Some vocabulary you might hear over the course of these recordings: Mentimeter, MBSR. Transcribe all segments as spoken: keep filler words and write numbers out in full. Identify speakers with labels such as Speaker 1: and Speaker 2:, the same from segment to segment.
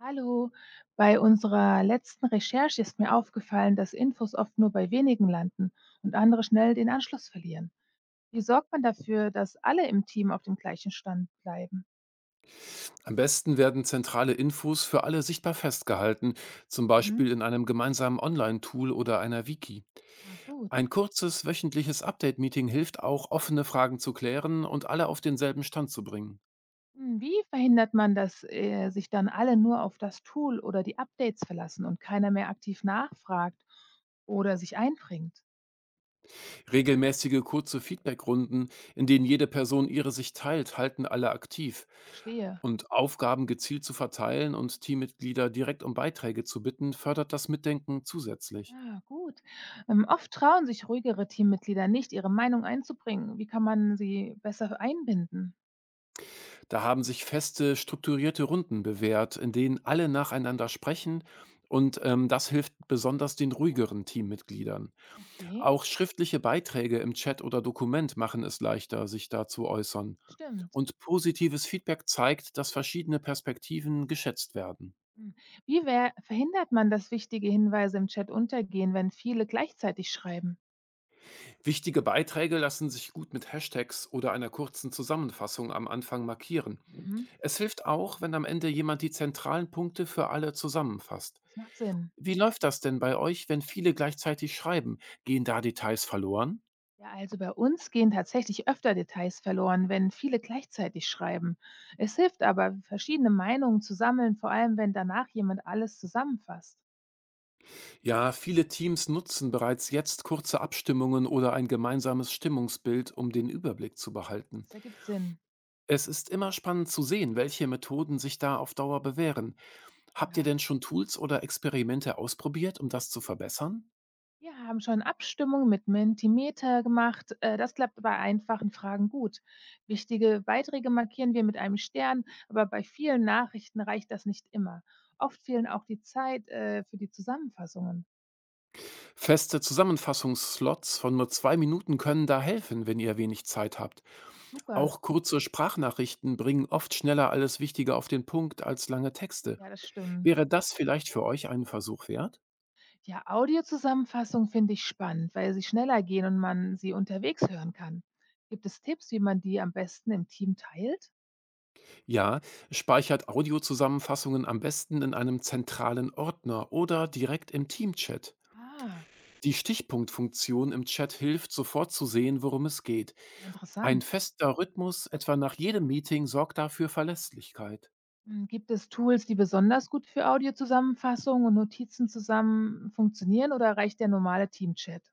Speaker 1: Hallo, bei unserer letzten Recherche ist mir aufgefallen, dass Infos oft nur bei wenigen landen und andere schnell den Anschluss verlieren. Wie sorgt man dafür, dass alle im Team auf dem gleichen Stand bleiben?
Speaker 2: Am besten werden zentrale Infos für alle sichtbar festgehalten, zum
Speaker 1: Mhm.
Speaker 2: Beispiel in einem gemeinsamen Online-Tool oder einer Wiki.
Speaker 1: Ah, gut.
Speaker 2: Ein kurzes wöchentliches Update-Meeting hilft auch, offene Fragen zu klären und alle auf denselben Stand zu bringen.
Speaker 1: Hm, wie verhindert man, dass äh, sich dann alle nur auf das Tool oder die Updates verlassen und keiner mehr aktiv nachfragt oder sich einbringt?
Speaker 2: Regelmäßige kurze Feedback-Runden, in denen jede Person ihre Sicht teilt, halten alle aktiv.
Speaker 1: Verstehe.
Speaker 2: Und Aufgaben gezielt zu verteilen und Teammitglieder direkt um Beiträge zu bitten, fördert das Mitdenken zusätzlich.
Speaker 1: Ah, gut. Ähm, oft trauen sich ruhigere Teammitglieder nicht, ihre Meinung einzubringen. Wie kann man sie besser einbinden?
Speaker 2: Da haben sich feste, strukturierte Runden bewährt, in denen alle nacheinander sprechen und ähm, Das hilft besonders den ruhigeren Teammitgliedern.
Speaker 1: Okay,
Speaker 2: Auch schriftliche Beiträge im Chat oder Dokument machen es leichter, sich da zu äußern.
Speaker 1: stimmt.
Speaker 2: Und positives Feedback zeigt, dass verschiedene Perspektiven geschätzt werden.
Speaker 1: Hm. Wie wer verhindert man, dass wichtige Hinweise im Chat untergehen, wenn viele gleichzeitig schreiben?
Speaker 2: Wichtige Beiträge lassen sich gut mit Hashtags oder einer kurzen Zusammenfassung am Anfang markieren.
Speaker 1: Mhm.
Speaker 2: Es hilft auch, wenn am Ende jemand die zentralen Punkte für alle zusammenfasst.
Speaker 1: Das macht Sinn.
Speaker 2: Wie läuft das denn bei euch, wenn viele gleichzeitig schreiben? Gehen da Details verloren?
Speaker 1: Ja, also bei uns gehen tatsächlich öfter Details verloren, wenn viele gleichzeitig schreiben. Es hilft aber, verschiedene Meinungen zu sammeln, vor allem wenn danach jemand alles zusammenfasst.
Speaker 2: Ja, viele Teams nutzen bereits jetzt kurze Abstimmungen oder ein gemeinsames Stimmungsbild, um den Überblick zu behalten.
Speaker 1: Das ergibt Sinn.
Speaker 2: Es ist immer spannend zu sehen, welche Methoden sich da auf Dauer bewähren. Habt ihr
Speaker 1: Ja.
Speaker 2: denn schon Tools oder Experimente ausprobiert, um das zu verbessern?
Speaker 1: Wir haben schon Abstimmungen mit Mentimeter gemacht. Äh, das klappt bei einfachen Fragen gut. Wichtige Beiträge markieren wir mit einem Stern, aber bei vielen Nachrichten reicht das nicht immer. Oft fehlen auch die Zeit äh, für die Zusammenfassungen.
Speaker 2: Feste Zusammenfassungsslots von nur zwei Minuten können da helfen, wenn ihr wenig Zeit habt.
Speaker 1: Ach super,
Speaker 2: Auch kurze Sprachnachrichten bringen oft schneller alles Wichtige auf den Punkt als lange Texte.
Speaker 1: ja, das stimmt.
Speaker 2: Wäre das vielleicht für euch einen Versuch wert?
Speaker 1: Ja, Audiozusammenfassungen finde ich spannend, weil sie schneller gehen und man sie unterwegs hören kann. Gibt es Tipps, wie man die am besten im Team teilt?
Speaker 2: Ja, speichert Audiozusammenfassungen am besten in einem zentralen Ordner oder direkt im Teamchat.
Speaker 1: Ah,
Speaker 2: Die Stichpunktfunktion im Chat hilft, sofort zu sehen, worum es geht. Ein
Speaker 1: interessant.
Speaker 2: fester Rhythmus, etwa nach jedem Meeting, sorgt dafür Verlässlichkeit.
Speaker 1: Hm, gibt es Tools, die besonders gut für Audiozusammenfassungen und Notizen zusammen funktionieren, oder reicht der normale Teamchat?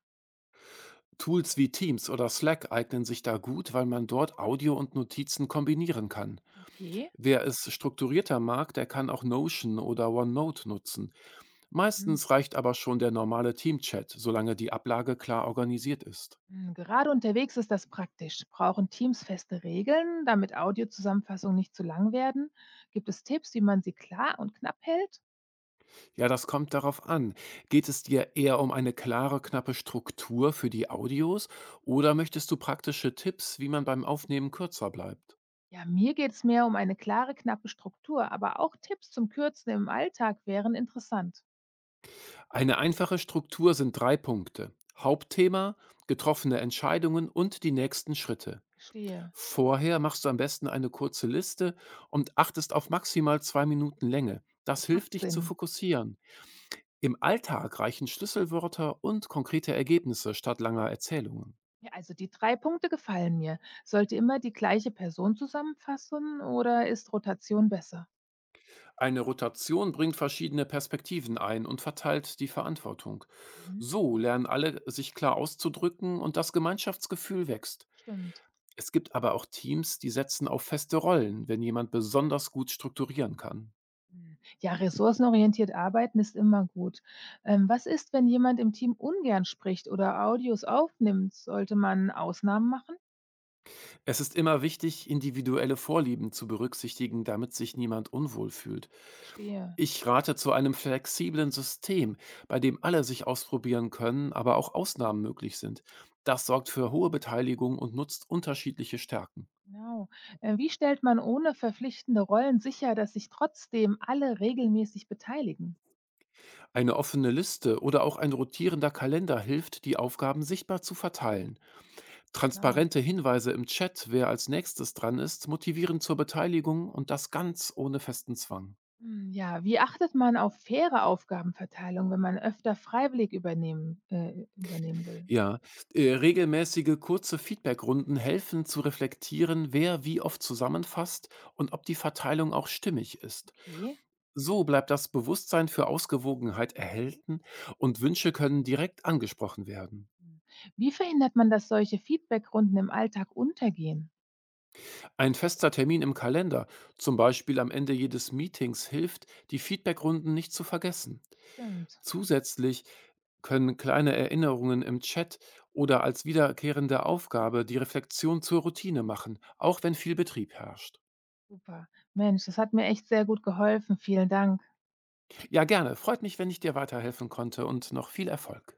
Speaker 2: Tools wie Teams oder Slack eignen sich da gut, weil man dort Audio und Notizen kombinieren kann.
Speaker 1: Okay.
Speaker 2: Wer es strukturierter mag, der kann auch Notion oder OneNote nutzen.
Speaker 1: Hm,
Speaker 2: Meistens reicht aber schon der normale Teamchat, solange die Ablage klar organisiert ist.
Speaker 1: hm, gerade unterwegs ist das praktisch. Brauchen Teams feste Regeln, damit Audiozusammenfassungen nicht zu lang werden? Gibt es Tipps, wie man sie klar und knapp hält?
Speaker 2: Ja, das kommt darauf an. Geht es dir eher um eine klare, knappe Struktur für die Audios oder möchtest du praktische Tipps, wie man beim Aufnehmen kürzer bleibt?
Speaker 1: Ja, mir geht es mehr um eine klare, knappe Struktur, aber auch Tipps zum Kürzen im Alltag wären interessant.
Speaker 2: Eine einfache Struktur sind drei Punkte. Hauptthema, getroffene Entscheidungen und die nächsten Schritte.
Speaker 1: Verstehe.
Speaker 2: Vorher machst du am besten eine kurze Liste und achtest auf maximal zwei Minuten Länge. Das
Speaker 1: Das macht
Speaker 2: hilft dich zu
Speaker 1: Sinn.
Speaker 2: fokussieren. Im Alltag reichen Schlüsselwörter und konkrete Ergebnisse statt langer Erzählungen.
Speaker 1: Ja, also die drei Punkte gefallen mir. Sollte immer die gleiche Person zusammenfassen oder ist Rotation besser?
Speaker 2: Eine Rotation bringt verschiedene Perspektiven ein und verteilt die Verantwortung.
Speaker 1: Mhm,
Speaker 2: So lernen alle, sich klar auszudrücken und das Gemeinschaftsgefühl wächst.
Speaker 1: stimmt.
Speaker 2: Es gibt aber auch Teams, die setzen auf feste Rollen, wenn jemand besonders gut strukturieren kann.
Speaker 1: Mhm. Ja, ressourcenorientiert arbeiten ist immer gut. Ähm, was ist, wenn jemand im Team ungern spricht oder Audios aufnimmt? Sollte man Ausnahmen machen?
Speaker 2: Es ist immer wichtig, individuelle Vorlieben zu berücksichtigen, damit sich niemand unwohl fühlt.
Speaker 1: Verstehe.
Speaker 2: Ich rate zu einem flexiblen System, bei dem alle sich ausprobieren können, aber auch Ausnahmen möglich sind. Das sorgt für hohe Beteiligung und nutzt unterschiedliche Stärken.
Speaker 1: Genau. Äh, wie stellt man ohne verpflichtende Rollen sicher, dass sich trotzdem alle regelmäßig beteiligen?
Speaker 2: Eine offene Liste oder auch ein rotierender Kalender hilft, die Aufgaben sichtbar zu verteilen.
Speaker 1: Genau.
Speaker 2: Transparente Hinweise im Chat, wer als nächstes dran ist, motivieren zur Beteiligung und das ganz ohne festen Zwang.
Speaker 1: Hm, ja, wie achtet man auf faire Aufgabenverteilung, wenn man öfter freiwillig übernehmen äh, übernehmen will?
Speaker 2: Ja, äh, regelmäßige kurze Feedbackrunden helfen zu reflektieren, wer wie oft zusammenfasst und ob die Verteilung auch stimmig ist.
Speaker 1: Okay.
Speaker 2: So bleibt das Bewusstsein für Ausgewogenheit erhalten und Wünsche können direkt angesprochen werden.
Speaker 1: Hm. Wie verhindert man, dass solche Feedbackrunden im Alltag untergehen?
Speaker 2: Ein fester Termin im Kalender, zum Beispiel am Ende jedes Meetings, hilft, die Feedbackrunden nicht zu vergessen.
Speaker 1: Stimmt,
Speaker 2: Zusätzlich können kleine Erinnerungen im Chat oder als wiederkehrende Aufgabe die Reflexion zur Routine machen, auch wenn viel Betrieb herrscht.
Speaker 1: super. Mensch, das hat mir echt sehr gut geholfen. Vielen Dank.
Speaker 2: Ja, gerne. Freut mich, wenn ich dir weiterhelfen konnte und noch viel Erfolg.